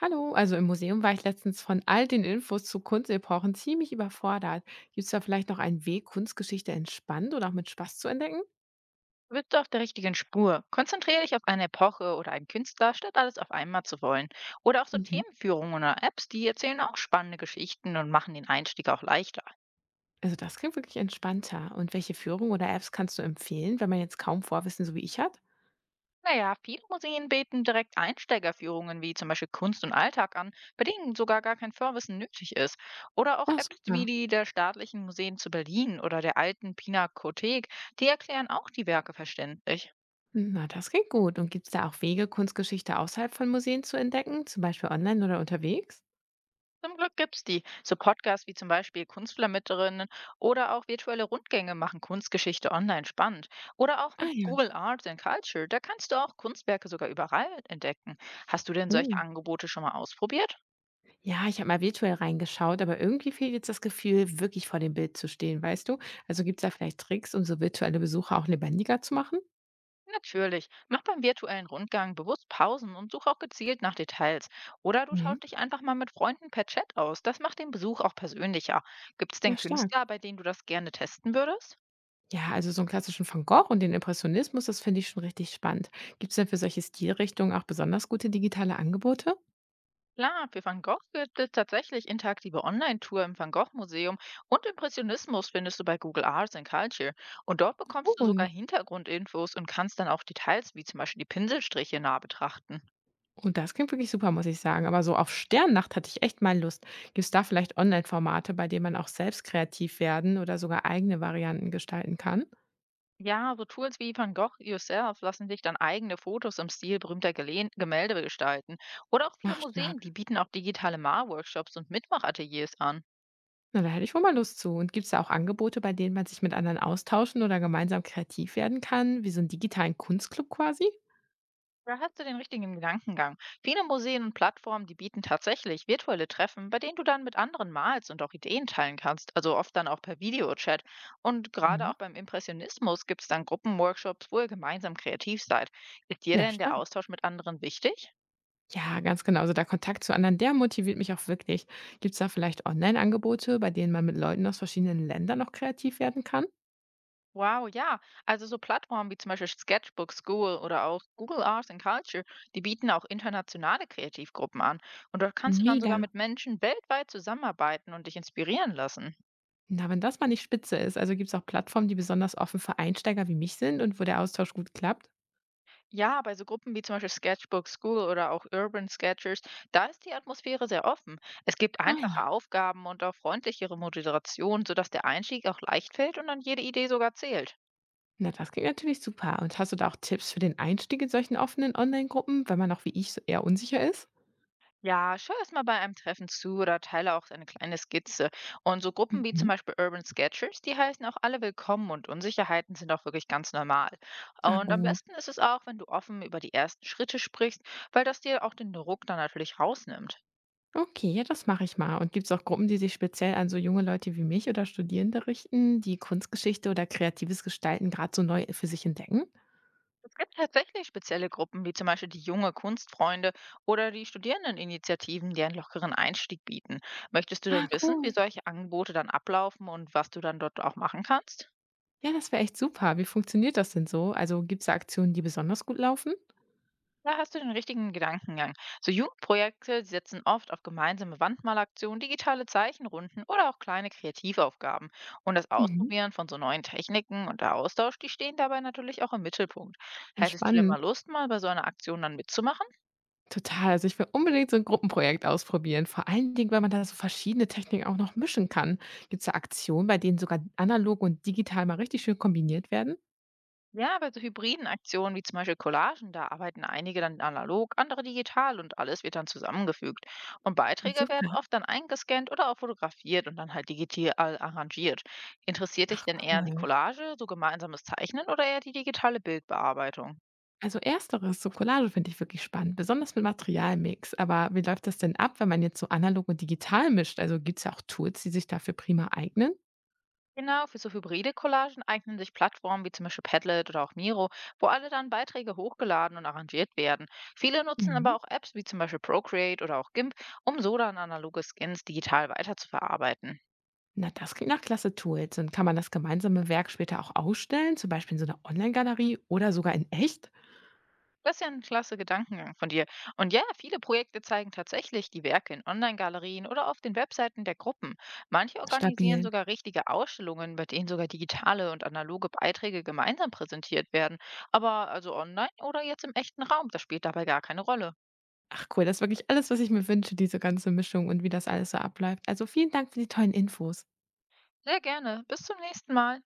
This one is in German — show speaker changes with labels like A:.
A: Hallo, also im Museum war ich letztens von all den Infos zu Kunstepochen ziemlich überfordert. Gibt es da vielleicht noch einen Weg, Kunstgeschichte entspannt oder auch mit Spaß zu entdecken?
B: Du bist auf der richtigen Spur. Konzentriere dich auf eine Epoche oder einen Künstler, statt alles auf einmal zu wollen. Oder auch so
A: Mhm.
B: Themenführungen oder Apps, die erzählen auch spannende Geschichten und machen den Einstieg auch leichter.
A: Also das klingt wirklich entspannter. Und welche Führung oder Apps kannst du empfehlen, wenn man jetzt kaum Vorwissen so wie ich hat?
B: Naja, viele Museen bieten direkt Einsteigerführungen wie zum Beispiel Kunst und Alltag an, bei denen sogar gar kein Vorwissen nötig ist. Oder auch
A: Ach
B: Apps wie
A: super.
B: die der staatlichen Museen zu Berlin oder der alten Pinakothek, die erklären auch die Werke verständlich.
A: Na, das klingt gut. Und gibt es da auch Wege, Kunstgeschichte außerhalb von Museen zu entdecken, zum Beispiel online oder unterwegs?
B: Zum Glück gibt's die. So Podcasts wie zum Beispiel Kunstflamitterinnen oder auch virtuelle Rundgänge machen Kunstgeschichte online spannend. Oder auch
A: Ah
B: mit
A: ja.
B: Google Arts and Culture, da kannst du auch Kunstwerke sogar überall entdecken. Hast du denn solche
A: Oh.
B: Angebote schon mal ausprobiert?
A: Ja, ich habe mal virtuell reingeschaut, aber irgendwie fehlt jetzt das Gefühl, wirklich vor dem Bild zu stehen, weißt du? Also gibt es da vielleicht Tricks, um so virtuelle Besucher auch lebendiger zu machen?
B: Natürlich. Mach beim virtuellen Rundgang bewusst Pausen und such auch gezielt nach Details. Oder du
A: Mhm.
B: tausch dich einfach mal mit Freunden per Chat aus. Das macht den Besuch auch persönlicher. Gibt's
A: Ja,
B: denn
A: stark.
B: Künstler, bei denen du das gerne testen würdest?
A: Ja, also so einen klassischen Van Gogh und den Impressionismus, das finde ich schon richtig spannend. Gibt es denn für solche Stilrichtungen auch besonders gute digitale Angebote?
B: Klar, für Van Gogh gibt es tatsächlich interaktive Online-Tour im Van Gogh-Museum und Impressionismus findest du bei Google Arts and Culture. Und dort bekommst du sogar
A: Cool.
B: Hintergrundinfos und kannst dann auch Details wie zum Beispiel die Pinselstriche nah betrachten.
A: Und das klingt wirklich super, muss ich sagen. Aber so auf Sternnacht hatte ich echt mal Lust. Gibt es da vielleicht Online-Formate, bei denen man auch selbst kreativ werden oder sogar eigene Varianten gestalten kann?
B: Ja, so Tools wie Van Gogh Yourself lassen sich dann eigene Fotos im Stil berühmter Gelehn Gemälde gestalten. Oder auch viele
A: Ach, stark.
B: Museen, die bieten auch digitale Malworkshops und Mitmachateliers an.
A: Na, da hätte ich wohl mal Lust zu. Und gibt's da auch Angebote, bei denen man sich mit anderen austauschen oder gemeinsam kreativ werden kann, wie so 'n digitalen Kunstclub quasi?
B: Da hast du den richtigen Gedankengang. Viele Museen und Plattformen, die bieten tatsächlich virtuelle Treffen, bei denen du dann mit anderen malst und auch Ideen teilen kannst, also oft dann auch per Videochat. Und gerade
A: Mhm.
B: auch beim Impressionismus gibt es dann Gruppenworkshops, wo ihr gemeinsam kreativ seid. Ist dir
A: Ja,
B: denn der
A: stark.
B: Austausch mit anderen wichtig?
A: Ja, ganz genau. Also, der Kontakt zu anderen, der motiviert mich auch wirklich. Gibt's da vielleicht Online-Angebote, bei denen man mit Leuten aus verschiedenen Ländern noch kreativ werden kann?
B: Wow, ja. Also so Plattformen wie zum Beispiel Sketchbook School oder auch Google Arts and Culture, die bieten auch internationale Kreativgruppen an. Und dort kannst du dann
A: Mega.
B: sogar mit Menschen weltweit zusammenarbeiten und dich inspirieren lassen.
A: Na, wenn das mal nicht spitze ist. Also, gibt's auch Plattformen, die besonders offen für Einsteiger wie mich sind und wo der Austausch gut klappt?
B: Ja, bei so Gruppen wie zum Beispiel Sketchbook School oder auch Urban Sketchers, da ist die Atmosphäre sehr offen. Es gibt
A: Ah
B: einfache
A: ja.
B: Aufgaben und auch freundlichere Moderation, sodass der Einstieg auch leicht fällt und dann jede Idee sogar zählt.
A: Na, das klingt natürlich super. Und hast du da auch Tipps für den Einstieg in solchen offenen Online-Gruppen, wenn man auch wie ich so eher unsicher ist?
B: Ja, schau erst mal bei einem Treffen zu oder teile auch eine kleine Skizze. Und so Gruppen wie zum
A: Mhm.
B: Beispiel Urban Sketchers, die heißen auch alle willkommen und Unsicherheiten sind auch wirklich ganz normal.
A: Ah,
B: Und am
A: gut.
B: besten ist es auch, wenn du offen über die ersten Schritte sprichst, weil das dir auch den Druck dann natürlich rausnimmt.
A: Okay, ja, das mache ich mal. Und gibt es auch Gruppen, die sich speziell an so junge Leute wie mich oder Studierende richten, die Kunstgeschichte oder kreatives Gestalten gerade so neu für sich entdecken?
B: Es gibt tatsächlich spezielle Gruppen, wie zum Beispiel die junge Kunstfreunde oder die Studierendeninitiativen, die einen lockeren Einstieg bieten. Möchtest du
A: Ah,
B: denn wissen, wie
A: cool.
B: solche Angebote dann ablaufen und was du dann dort auch machen kannst?
A: Ja, das wäre echt super. Wie funktioniert das denn so? Also gibt's da Aktionen, die besonders gut laufen?
B: Da hast du den richtigen Gedankengang. So Jugendprojekte die setzen oft auf gemeinsame Wandmalaktionen, digitale Zeichenrunden oder auch kleine Kreativaufgaben. Und das
A: Mhm.
B: Ausprobieren von so neuen Techniken und der Austausch, die stehen dabei natürlich auch im Mittelpunkt.
A: Ah,
B: Hättest du denn mal
A: spannend.
B: Lust, mal bei so einer Aktion dann mitzumachen?
A: Total. Also ich will unbedingt so ein Gruppenprojekt ausprobieren. Vor allen Dingen, weil man da so verschiedene Techniken auch noch mischen kann. Gibt's da Aktionen, bei denen sogar analog und digital mal richtig schön kombiniert werden?
B: Ja, bei so hybriden Aktionen wie zum Beispiel Collagen, da arbeiten einige dann analog, andere digital und alles wird dann zusammengefügt. Und Beiträge
A: Super,
B: werden oft dann eingescannt oder auch fotografiert und dann halt digital arrangiert. Interessiert dich denn eher die
A: cool.
B: Collage, so gemeinsames Zeichnen oder eher die digitale Bildbearbeitung?
A: Also ersteres, so Collage finde ich wirklich spannend, besonders mit Materialmix. Aber wie läuft das denn ab, wenn man jetzt so analog und digital mischt? Also gibt es ja auch Tools, die sich dafür prima eignen?
B: Genau, für so hybride Collagen eignen sich Plattformen wie zum Beispiel Padlet oder auch Miro, wo alle dann Beiträge hochgeladen und arrangiert werden. Viele nutzen aber
A: Mhm.
B: auch Apps wie zum Beispiel Procreate oder auch GIMP, um so dann analoge Skins digital weiterzuverarbeiten.
A: Na, das klingt nach klasse Tools. Und kann man das gemeinsame Werk später auch ausstellen, zum Beispiel in so einer Online-Galerie oder sogar in echt?
B: Das ist ja ein klasse Gedankengang von dir. Und ja, viele Projekte zeigen tatsächlich die Werke in Online-Galerien oder auf den Webseiten der Gruppen. Manche organisieren
A: Stabil.
B: sogar richtige Ausstellungen, bei denen sogar digitale und analoge Beiträge gemeinsam präsentiert werden. Aber also online oder jetzt im echten Raum, das spielt dabei gar keine Rolle.
A: Ach cool, das ist wirklich alles, was ich mir wünsche, diese ganze Mischung und wie das alles so abläuft. Also vielen Dank für die tollen Infos.
B: Sehr gerne. Bis zum nächsten Mal.